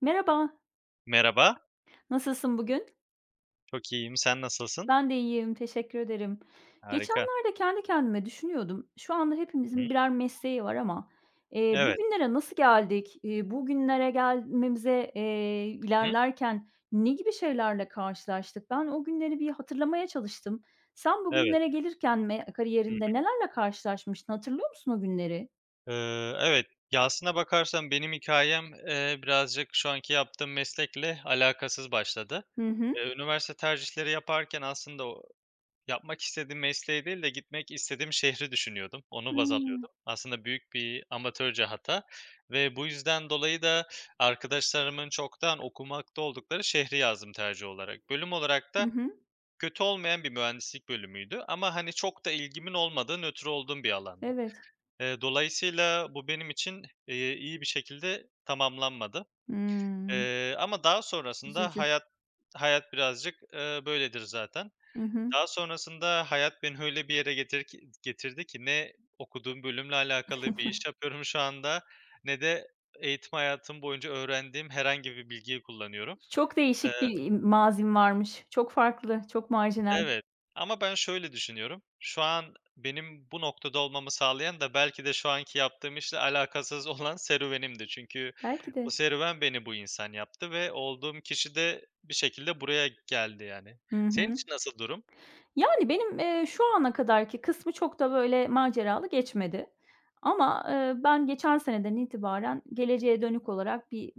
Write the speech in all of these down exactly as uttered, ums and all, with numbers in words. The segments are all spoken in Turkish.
Merhaba, Merhaba, nasılsın bugün? çok iyiyim. Sen nasılsın? Ben de iyiyim, teşekkür ederim. Harika. Geçenlerde kendi kendime düşünüyordum. Şu anda Hı. hepimizin birer mesleği var ama eee, Evet. bugünlere nasıl geldik? Eee, bugünlere gelmemize eee, Hı. ilerlerken ne gibi şeylerle karşılaştık? Ben o günleri bir hatırlamaya çalıştım. Sen Evet. bugünlere gelirken me- Hı. kariyerinde nelerle karşılaşmıştın? Hatırlıyor musun o günleri? Eee, evet, ya, aslına bakarsan benim hikâyem, eee, birazcık şu anki yaptığım meslekle alakasız başladı. Hı hı. Eee, üniversite tercihleri yaparken aslında o yapmak istediğim mesleği değil de gitmek istediğim şehri düşünüyordum. Onu baz Hıı. alıyordum. Aslında büyük bir amatörce hata ve bu yüzden dolayı da arkadaşlarımın çoktan okumakta oldukları şehri yazdım tercih olarak. Bölüm olarak Hı da hı. Kötü olmayan bir mühendislik bölümüydü ama, hani, çok da ilgimin olmadığı, nötr olduğum bir alandı. Evet. Eee, dolayısıyla bu benim için, eee, iyi bir şekilde tamamlanmadı. Hımm. Eee, ama daha sonrasında Üzücü. hayat hayat birazcık, eee, böyledir zaten. Hı hı. Daha sonrasında hayat beni öyle bir yere getir ki getirdi ki ne okuduğum bölümle alakalı bir iş yapıyorum şu anda ne de eğitim hayatım boyunca öğrendiğim herhangi bir bilgiyi kullanıyorum. Çok değişik bir, Eee iii, mazim varmış. Çok farklı, çok marjinal. Evet, ama ben şöyle düşünüyorum. Şu an benim bu noktada olmamı sağlayan da belki de şu anki yaptığım işle alakasız olan serüvenimdi. Çünkü Belki o de. serüven beni bu insan yaptı ve olduğum kişi de bir şekilde buraya geldi yani. Hı Senin hı. için nasıl durum? Yani, benim, eee, şu ana kadarki kısmı çok da böyle maceralı geçmedi ama, eee, ben geçen seneden itibaren geleceğe dönük olarak bir,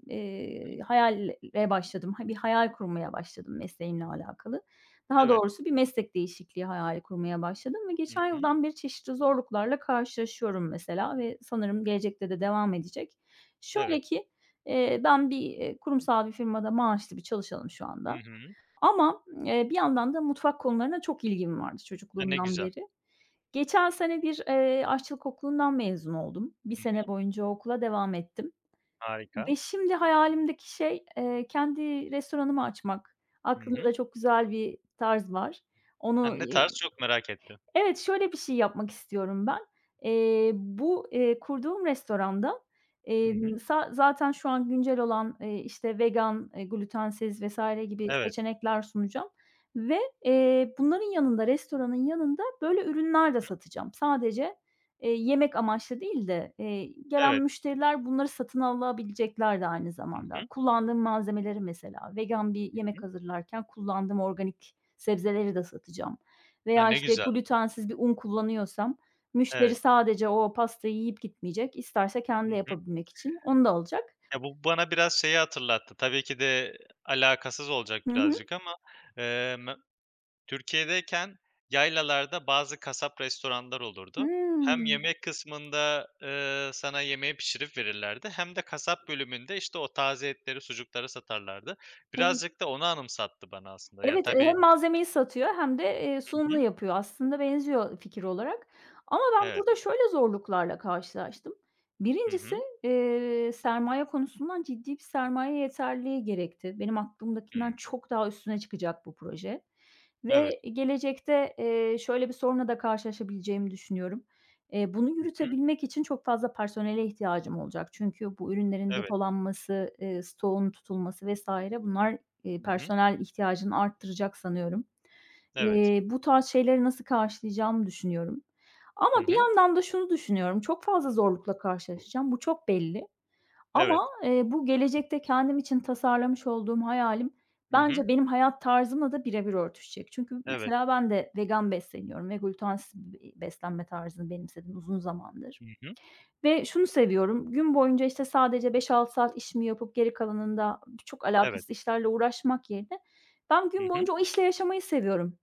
Hı, eee, hayale başladım. Ha, bir hayal kurmaya başladım mesleğimle alakalı. Daha evet. doğrusu bir meslek değişikliği hayali kurmaya başladım ve Hı geçen hı. yıldan beri çeşitli zorluklarla karşılaşıyorum mesela ve sanırım gelecekte de devam edecek. Şöyle Evet. ki, eee, ben bir, eee, kurumsal bir firmada maaşlı bir çalışanım şu Hı anda. hı. Ama, eee, bir yandan da mutfak konularına çok ilgim vardı A, ne çocukluğumdan güzel. beri. Geçen sene bir, eee, aşçılık okulundan mezun oldum. Bir Hı hı. sene boyunca o okula devam ettim Harika. ve şimdi hayalimdeki şey, eee, kendi restoranımı açmak. Hı Aklımda hı. da çok güzel bir tarz var. A, Onu. ne eee, tarz çok merak ettim. Evet, şöyle bir şey yapmak istiyorum ben. Eee, bu, eee, kurduğum restoranda, Hı hı. emm, sa zaten şu an güncel olan, eee, işte, vegan, eee, glütensiz vesaire gibi Evet, seçenekler sunacağım ve, eee, bunların yanında, restoranın yanında böyle ürünler de satacağım. Sadece, eee, yemek amaçlı değil de, eee, gelen evet. müşteriler bunları satın alabilecekler de aynı Hı zamanda. hı. Kullandığım malzemeleri mesela vegan bir yemek hazırlarken kullandığım organik sebzeleri de satacağım. A, Veya, ne işte, güzel. glutensiz bir un kullanıyorsam müşteri Evet. sadece o pastayı yiyip gitmeyecek, isterse kendi de Hı. yapabilmek için onu da alacak. Ya, bu bana biraz şeyi hatırlattı. Tabii ki de alakasız olacak Hı hı. birazcık ama, emm, Türkiye'deyken yaylalarda bazı kasap restoranlar olurdu. Hımm. Hem yemek kısmında, eee, sana yemeği pişirip verirlerdi hem de kasap bölümünde, işte, o taze etleri, sucukları satarlardı. Evet. Birazcık da onu anımsattı bana aslında. Ya, Evet, eee, tabii. hem malzemeyi satıyor hem de, eee, Hı sunumunu hı. yapıyor. Aslında benziyor fikir olarak ama ben Evet. burada şöyle zorluklarla karşılaştım. Hı hı. birincisi eee, sermaye konusundan ciddi bir sermaye yeterliliği gerekti. Benim aklımdakinden Hımm. çok daha üstüne çıkacak bu proje Evet. ve gelecekte, eee, şöyle bir sorunla da karşılaşabileceğimi düşünüyorum. Eee, bunu Hı hı. yürütebilmek için çok fazla personele ihtiyacım olacak. Çünkü bu ürünlerin Evet. depolanması, eee, stoğunun tutulması vesaire bunlar Eee, Hı hı. personel ihtiyacını arttıracak sanıyorum. Evet. Eee, bu tarz şeyleri nasıl karşılayacağımı düşünüyorum. Hı Ama bir hı. yandan da şunu düşünüyorum, çok fazla zorlukla karşılaşacağım, bu çok belli. Evet. Ama, eee, bu gelecekte kendim için tasarlamış olduğum hayalim Hı bence hı. benim hayat tarzımla da birebir örtüşecek. Çünkü Evet. mesela ben de vegan besleniyorum ve glutensiz bir beslenme tarzını benimsedim uzun zamandır. Hı hı. Ve şunu seviyorum, gün boyunca, işte, sadece beş altı saat işimi yapıp geri kalanında çok Evet. alakasız işlerle uğraşmak yerine ben Hı gün hı. boyunca o işle yaşamayı seviyorum.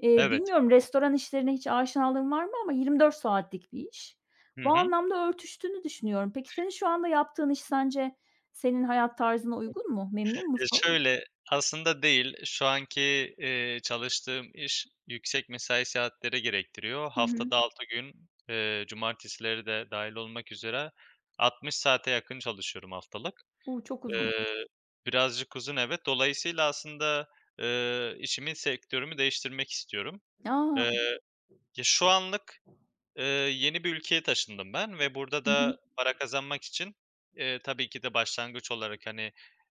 Eee, Evet. Bilmiyorum restoran işlerine hiç aşinalığın var mı ama yirmi dört saatlik bir iş. Hı Bu hı. anlamda örtüştüğünü düşünüyorum. Peki senin şu anda yaptığın iş sence senin hayat tarzına uygun mu? Memnun Ya, musun? şöyle, aslında değil. Şu anki, eee, çalıştığım iş yüksek mesai saatleri gerektiriyor. Hı hı. Haftada altı gün, eee, cumartesileri de dahil olmak üzere altmış saate yakın çalışıyorum haftalık. U, çok uzun. Eee, birazcık uzun evet. Dolayısıyla aslında, eee, işimin sektörümü değiştirmek istiyorum. A! Eee, ya, şu anlık, eee, yeni bir ülkeye taşındım ben ve burada Hı hı. da para kazanmak için, eee, tabii ki de başlangıç olarak, hani,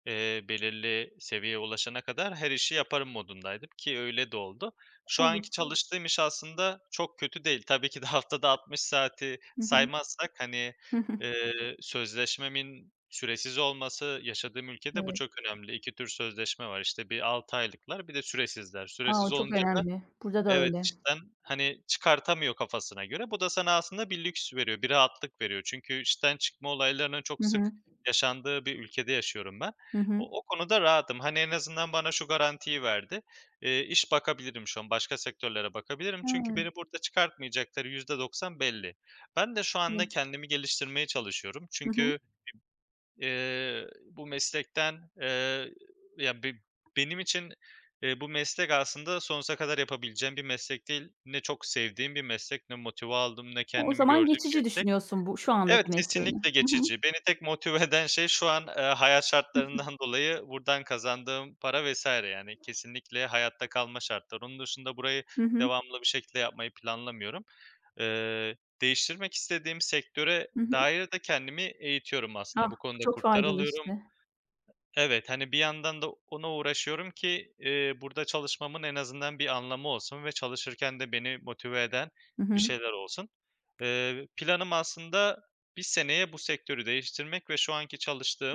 Eee, belirli seviyeye ulaşana kadar her işi yaparım modundaydım ki öyle de oldu. Şu anki, hı, Evet. çalıştığım iş aslında çok kötü değil. Tabii ki de haftada altmış saati Hı hı. saymazsak, hani, Hı hı. eee, sözleşmemin süresiz olması yaşadığım ülkede bu Evet. çok önemli. İki tür sözleşme var. İşte, bir altı aylıklar bir de süresizler. A, Süresiz o çok olunca da, önemli. Burada da evet, öyle. işten, hani, çıkartamıyor kafasına göre. Bu da sana aslında bir lüks veriyor, bir rahatlık veriyor. Çünkü işten çıkma olaylarının çok Hı sık hı. yaşandığı bir ülkede yaşıyorum ben. Hı hı. O o konuda rahatım. Hani, en azından bana şu garantiyi verdi. Eee, iş bakabilirim şu an, başka sektörlere bakabilirim. Ha, Çünkü beni burada çıkartmayacakları yüzde doksan belli. Ben de şu anda evet. kendimi geliştirmeye çalışıyorum. Hı hı. Çünkü Eee, bu meslekten, eee, ya, be benim için, eee, bu meslek aslında sonsuza kadar yapabileceğim bir meslek değil. Ne çok sevdiğim bir meslek, ne motive aldım, ne O kendimi zaman gördüğüm bir geçici meslek. düşünüyorsun bu şu Evet, andaki mesleğini. kesinlikle Hı hı. geçici. Beni tek motive eden şey şu an, eee, hayat Hı hı. şartlarından dolayı buradan kazandığım para vesaire. Yani kesinlikle hayatta kalma şartları. Onun dışında burayı Hı hı. devamlı bir şekilde yapmayı planlamıyorum. Eee, değiştirmek istediğim sektöre Hı hı. dair de kendimi eğitiyorum Ah, aslında. Bu bu konuda çok kurtlar faydalı alıyorum. işte. Evet, hani, bir yandan da ona uğraşıyorum ki, eee, burada çalışmamın en azından bir anlamı olsun ve çalışırken de beni motive eden Hı hı. bir şeyler olsun. Eee, planım aslında bir seneye bu sektörü değiştirmek ve şu anki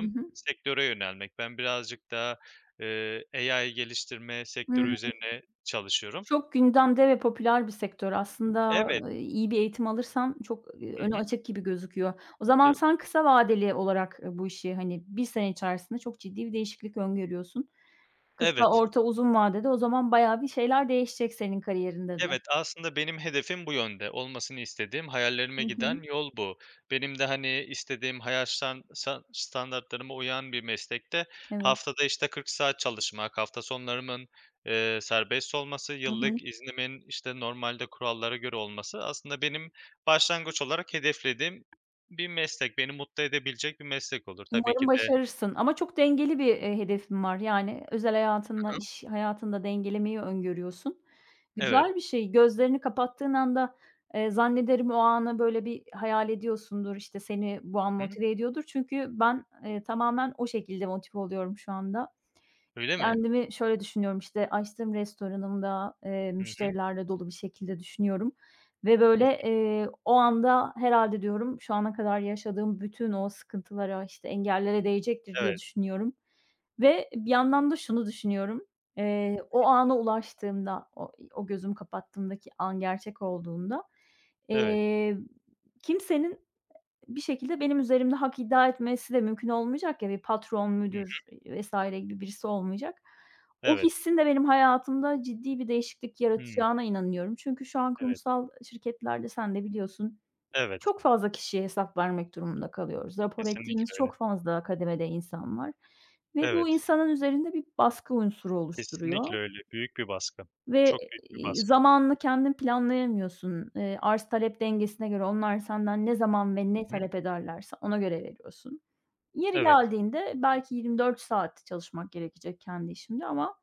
Hı hı. sektöre yönelmek. Ben birazcık daha, eee, A I geliştirme Hıı, sektörü üzerine çalışıyorum. çok gündemde ve popüler bir sektör. Aslında, Evet. eee, iyi bir eğitim alırsan çok, eee, Hı önü hı. açık gibi gözüküyor. O zaman Ya. sen kısa vadeli olarak, eee, bu işi, hani, bir sene içerisinde çok ciddi bir değişiklik öngörüyorsun. Kısa, Evet. orta, uzun vadede o zaman bayağı bir şeyler değişecek senin kariyerinde de. Evet, aslında benim hedefim bu yönde. Olmasını istediğim, Hı hayallerime hı. giden yol bu. Benim de, hani, istediğim hayat ştan san standartlarıma uyan bir meslekte Evet. haftada, işte, kırk saat çalışmak, hafta sonlarımın, eee, serbest olması, Hı yıllık hı. iznimin, işte, normalde kurallara göre olması aslında benim başlangıç olarak hedeflediğim bir meslek. Beni mutlu edebilecek bir meslek olur. Tabii Umarım ki de. başarırsın ama çok dengeli bir, eee, hedefin var. Yani özel hayatınla Hı. iş hayatını da dengelemeyi öngörüyorsun. Evet. Güzel bir şey. Gözlerini kapattığın anda, eee, zannederim o anı böyle bir hayal ediyorsundur. İşte, seni bu an Hı. motive ediyordur. Çünkü ben, eee, tamamen o şekilde motive oluyorum şu anda. Öyle mi? Kendimi şöyle düşünüyorum, işte, açtığım restoranımda, eee, Hı hı. müşterilerle dolu bir şekilde düşünüyorum ve böyle, Hıh. eee, o anda herhâlde diyorum, şu ana kadar yaşadığım bütün o sıkıntılara, işte, engellere değecektir diye Evet, düşünüyorum ve bir yandan da şunu düşünüyorum, eee, o ana ulaştığımda, o o gözümü kapattığımdaki an gerçek olduğunda, evet. eee, kimsenin bir şekilde benim üzerimde hak iddia etmesi de mümkün olmayacak ya, bir patron, Hı. müdür, eee, vesaire gibi birisi olmayacak. O Evet. hissin de benim hayatımda ciddi bir değişiklik Hımm. yaratacağına inanıyorum. Çünkü şu an Evet, kurumsal şirketlerde sen de biliyorsun, evet. çok fazla kişiye hesap vermek durumunda kalıyoruz. Rapor ettiğimiz Kesinlikle öyle. çok fazla kademede insan var ve bu Evet, insanın üzerinde bir baskı unsuru kesinlikle oluşturuyor öyle. Büyük bir baskı. ve, Çok büyük bir iii, baskı. zamanını kendin planlayamıyorsun. Eee, arz talep dengesine göre onlar senden ne zaman ve Hı ne hı. talep ederlerse ona göre veriyorsun. Yeri Evet. geldiğinde belki yirmi dört saat çalışmak gerekecek kendi işimde ama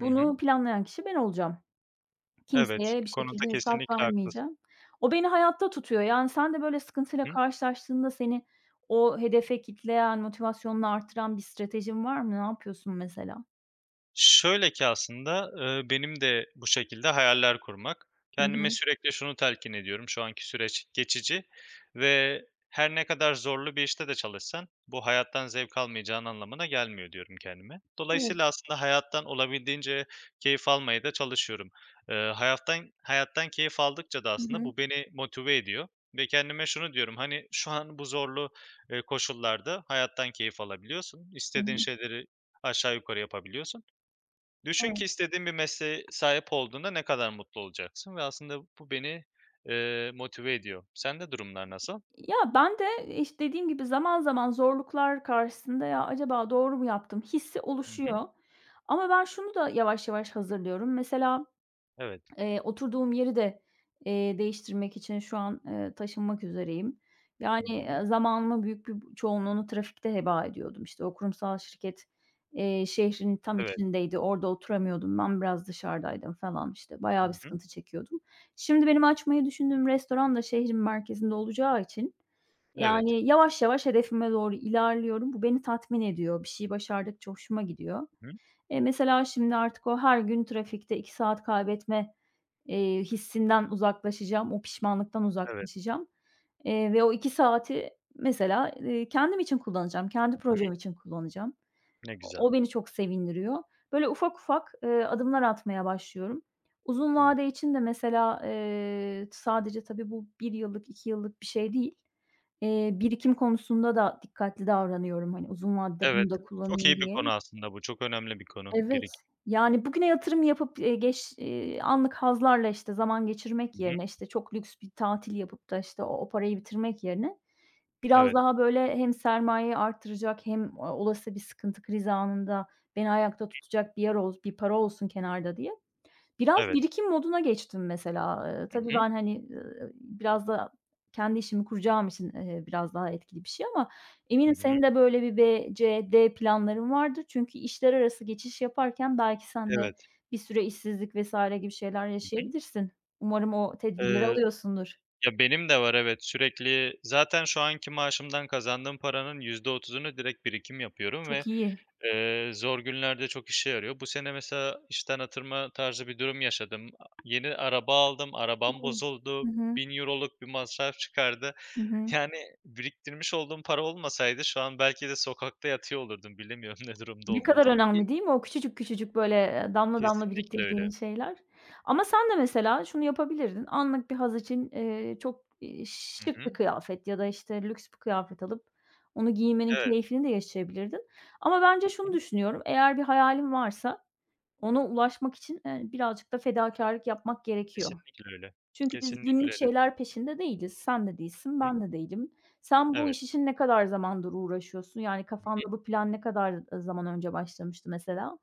Hı hı. bunu planlayan kişi ben olacağım. Evet, Kimseye bu bir konuda şekilde hesap kesinlikle haklısın. vermeyeceğim. O beni hayatta tutuyor. Yani sen de böyle sıkıntıyla Hı. karşılaştığında seni o hedefe kitleyen, motivasyonunu artıran bir stratejin var mı? Ne yapıyorsun mesela? Şöyle ki aslında, eee, benim de bu şekilde hayaller kurmak. Hı Kendime hı. sürekli şunu telkin ediyorum, şu anki süreç geçici ve her ne kadar zorlu bir işte de çalışsan bu hayattan zevk almayacağın anlamına gelmiyor diyorum kendime. Evet. Dolayısıyla aslında hayattan olabildiğince keyif almaya da çalışıyorum. Eee, hayattan hayattan keyif aldıkça da Hı aslında hı. bu beni motive ediyor ve kendime şunu diyorum, hani, şu an bu zorlu, eee, koşullarda hayattan keyif alabiliyorsun, Hı istediğin hı. şeyleri aşağı yukarı yapabiliyorsun. Düşün ki Evet. istediğin bir mesleğe sahip olduğunda ne kadar mutlu olacaksın ve aslında bu beni, eee, motive ediyor. Sende durumlar nasıl? Ya, ben de, işte, dediğim gibi zaman zaman zorluklar karşısında "Ya, acaba doğru mu yaptım?" hissi Hı hı. oluşuyor. Ama ben şunu da yavaş yavaş hazırlıyorum. Mesela, Evet. eee, oturduğum yeri de, eee, değiştirmek için şu an, eee, taşınmak üzereyim. Yani, Hı hı. eee, zamanımın büyük bir çoğunluğunu trafikte heba ediyordum. İşte, o kurumsal şirket, eee, şehrin tam Evet. içindeydi. Orada oturamıyordum. Ben biraz dışarıdaydım falan, işte, Hı bayağı bir hı. sıkıntı çekiyordum. Şimdi benim açmayı düşündüğüm restoran da şehrin merkezinde olacağı için, Evet. yani, yavaş yavaş hedefime doğru ilerliyorum. Bu beni tatmin ediyor. Bir şeyi başardıkça hoşuma gidiyor. Hı hı. Eee, mesela şimdi artık o her gün trafikte iki saat kaybetme, eee, hissinden uzaklaşacağım. O pişmanlıktan Evet. uzaklaşacağım, eee, ve o iki saati mesela, eee, kendim için kullanacağım. Kendi Hı hı. projem için kullanacağım. Ne O güzel. o beni çok sevindiriyor. Böyle ufak ufak, eee, adımlar atmaya başlıyorum. Uzun Hı. vade için de mesela, eee, sadece tabii bu bir yıllık, iki yıllık bir şey değil. Eee, birikim konusunda da dikkatli davranıyorum, hani, uzun vadede Evet. bunu da Çok iyi kullanayım bir diye. konu aslında bu. Çok önemli bir konu, Evet, birikim. yani, bugüne yatırım yapıp, eee, geç eee, anlık hazlarla, işte, zaman geçirmek Hı hı. yerine, işte, çok lüks bir tatil yapıp da, işte, o o parayı bitirmek yerine biraz Evet. daha, böyle, hem sermayeyi arttıracak hem o olası bir sıkıntı, kriz anında beni ayakta tutacak bir yer ols bir para olsun kenarda diye biraz Evet. birikim moduna geçtim mesela. Eee, Hı Tabii hı. ben, hani, ııı, biraz da kendi işimi kuracağım için, eee, biraz daha etkili bir şey ama Hı eminim hı. senin de böyle bir be ce de planların vardır. Çünkü işler arası geçiş yaparken belki sen de Evet. bir süre işsizlik vesaire gibi şeyler yaşayabilirsin. Umarım o tedbirleri Eee, alıyorsundur. ya, benim de var, evet. Sürekli zaten şu anki maaşımdan kazandığım paranın yüzde otuzunu direkt birikim yapıyorum ve Çok iyi. Eee, zor günlerde çok işe yarıyor. Bu sene mesela işten atırma tarzı bir durum yaşadım. A, yeni araba aldım, Hı arabam hı. bozuldu, bin Euroluk bir masraf çıkardı. Hı hı. hı. Yani biriktirmiş olduğum para olmasaydı şu an belki de sokakta yatıyor olurdum, bilemiyorum ne durumda Ne kadar olurdum. Ki önemli değil mi o küçücük küçücük, böyle, eee, damla damla kesinlikle öyle. biriktirdiğin şeyler? Ama sen de mesela şunu yapabilirdin, anlık bir haz için, eee, çok, eee, Hı şık hı. bir kıyafet ya da, işte, lüks bir kıyafet alıp onu giymenin Evet. keyfini de yaşayabilirdin. Ama bence Hı. şunu düşünüyorum, eğer bir hayalin varsa ona ulaşmak için, eee, birazcık da fedakârlık yapmak gerekiyor. Kesinlikle öyle. Çünkü biz günlük Kesinlikle öyle. şeyler peşinde değiliz. Sen de değilsin, Hı. ben de değilim. Sen bu Evet. iş için ne kadar zamandır uğraşıyorsun? Yani kafanda bu plan ne kadar zaman önce başlamıştı mesela?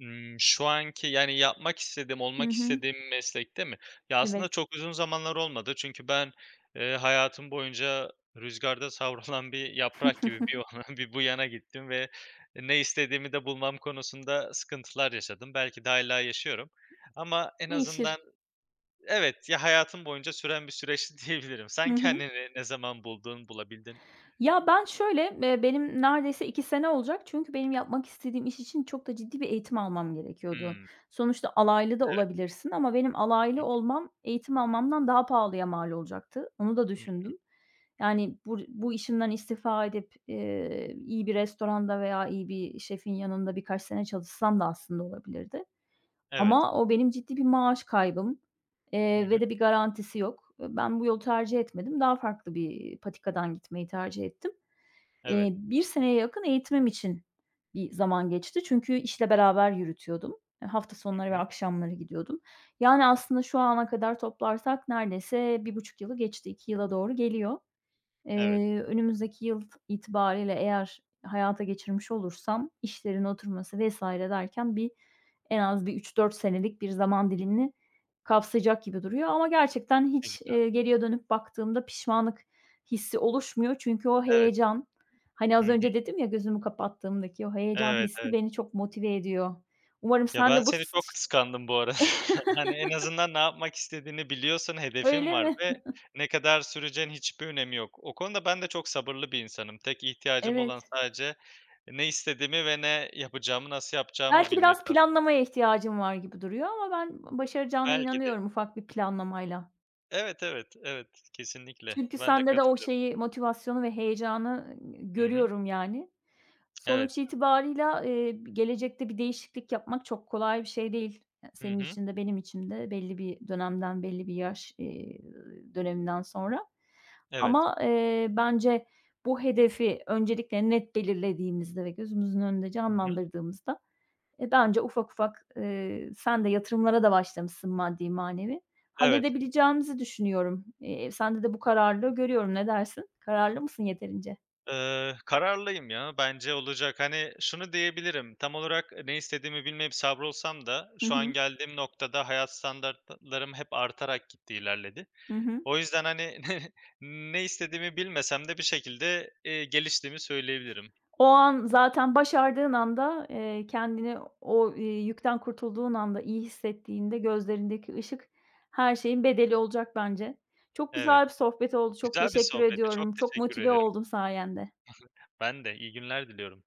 Imm, şu anki, yani, yapmak istediğim, Hı olmak hı. istediğim meslekte mi? Ya, Evet, aslında çok uzun zamanlar olmadı. Çünkü ben, eee, hayatım boyunca rüzgarda savrulan bir yaprak gibi bir ona bir bu yana gittim ve ne istediğimi de bulmam konusunda sıkıntılar yaşadım. Belki de hâlâ yaşıyorum ama en değişir. azından evet, ya, hayatım boyunca süren bir süreçti diyebilirim. Hı Sen hı. kendini ne zaman buldun, bulabildin? Ya, ben şöyle, eee, benim neredeyse iki sene olacak çünkü benim yapmak istediğim iş için çok da ciddi bir eğitim almam gerekiyordu. Hımm. Sonuçta alaylı da Evet. olabilirsin ama benim Hı alaylı olmam eğitim almamdan daha pahalıya mal olacaktı. Onu da hı. düşündüm. Yani, bur bu işimden istifa edip, eee, iyi bir restoranda veya iyi bir şefin yanında birkaç sene çalışsam da aslında olabilirdi. Evet. Ama o benim ciddi bir maaş kaybım, Hı eee, hı. ve de bir garantisi yok. ben bu yolu tercih etmedim. Daha farklı bir patikadan gitmeyi tercih ettim. Eee, Evet. bir seneye yakın eğitimim için bir zaman geçti. Çünkü işle beraber yürütüyordum. Eee, hafta sonları Hı ve hı. akşamları gidiyordum. Yani, aslında şu ana kadar toplarsak neredeyse bir buçuk yılı geçti, iki yıla doğru geliyor. Evet. Eee, önümüzdeki yıl itibariyle eğer hayata geçirmiş olursam işlerin oturması vesaire derken bir en az bir üç dört senelik bir zaman dilimini kapsayacak gibi duruyor ama gerçekten Ne hiç, güzel. eee, geriye dönüp baktığımda pişmanlık hissi oluşmuyor. Çünkü o Evet. heyecan, hani, Hı az hı. önce dedim ya gözümü kapattığımdaki o heyecan Evet, hissi evet. beni çok motive ediyor. Umarım Ya, sen ben de bu s seni çok ş kıskandım bu arada. Hani, en azından ne yapmak istediğini biliyorsun, hedefin Öyle var mi? ve ne kadar süreceğinin hiçbir önemi yok. O konuda ben de çok sabırlı bir insanım. Tek ihtiyacım olan Evet. sadece ne istediğimi ve ne yapacağımı, nasıl yapacağımı Belki bilmek biraz aslında. planlamaya ihtiyacım var gibi duruyor ama ben başaracağına Belki de. inanıyorum ufak bir planlamayla. Evet, evet, evet. Kesinlikle. Çünkü Ben de sende de o katılıyorum. şeyi, motivasyonu ve heyecanı Hı hı. görüyorum yani. Evet. Sonuç itibarıyla, eee, gelecekte bir değişiklik yapmak çok kolay bir şey değil. Ya, Hı senin hı. için de benim için de belli bir dönemden, belli bir yaş, eee, döneminden sonra. Evet. Ama, eee, bence bu hedefi öncelikle net belirlediğimizde ve gözümüzün önünde Hı hı. canlandırdığımızda Eee, daha önce ufak ufak, eee, sen de yatırımlara da başlamışsın maddi manevi. Evet. Halledebileceğimizi düşünüyorum. Eee, sende de bu kararlılığı görüyorum. Ne dersin? Kararlı mısın yeterince? Eee, kararlıyım ya. Bence olacak. Hani, şunu diyebilirim, tam olarak ne istediğimi bilmeyip savrulsam da Hı şu an hı. geldiğim noktada hayat standartlarım hep artarak gitti, ilerledi. Hı hı. O yüzden, hani, ne ne istediğimi bilmesem de bir şekilde, eee, geliştiğimi söyleyebilirim. O an zaten başardığın anda, eee, kendini o, eee, yükten kurtulduğun anda, iyi hissettiğinde gözlerindeki ışık her şeyin bedeli olacak bence. Çok güzel bir Evet. sohbet oldu. Çok Güzel bir teşekkür sohbetti. Çok ediyorum. Çok teşekkür motive ederim. oldum sayende. Ben de. İyi günler diliyorum.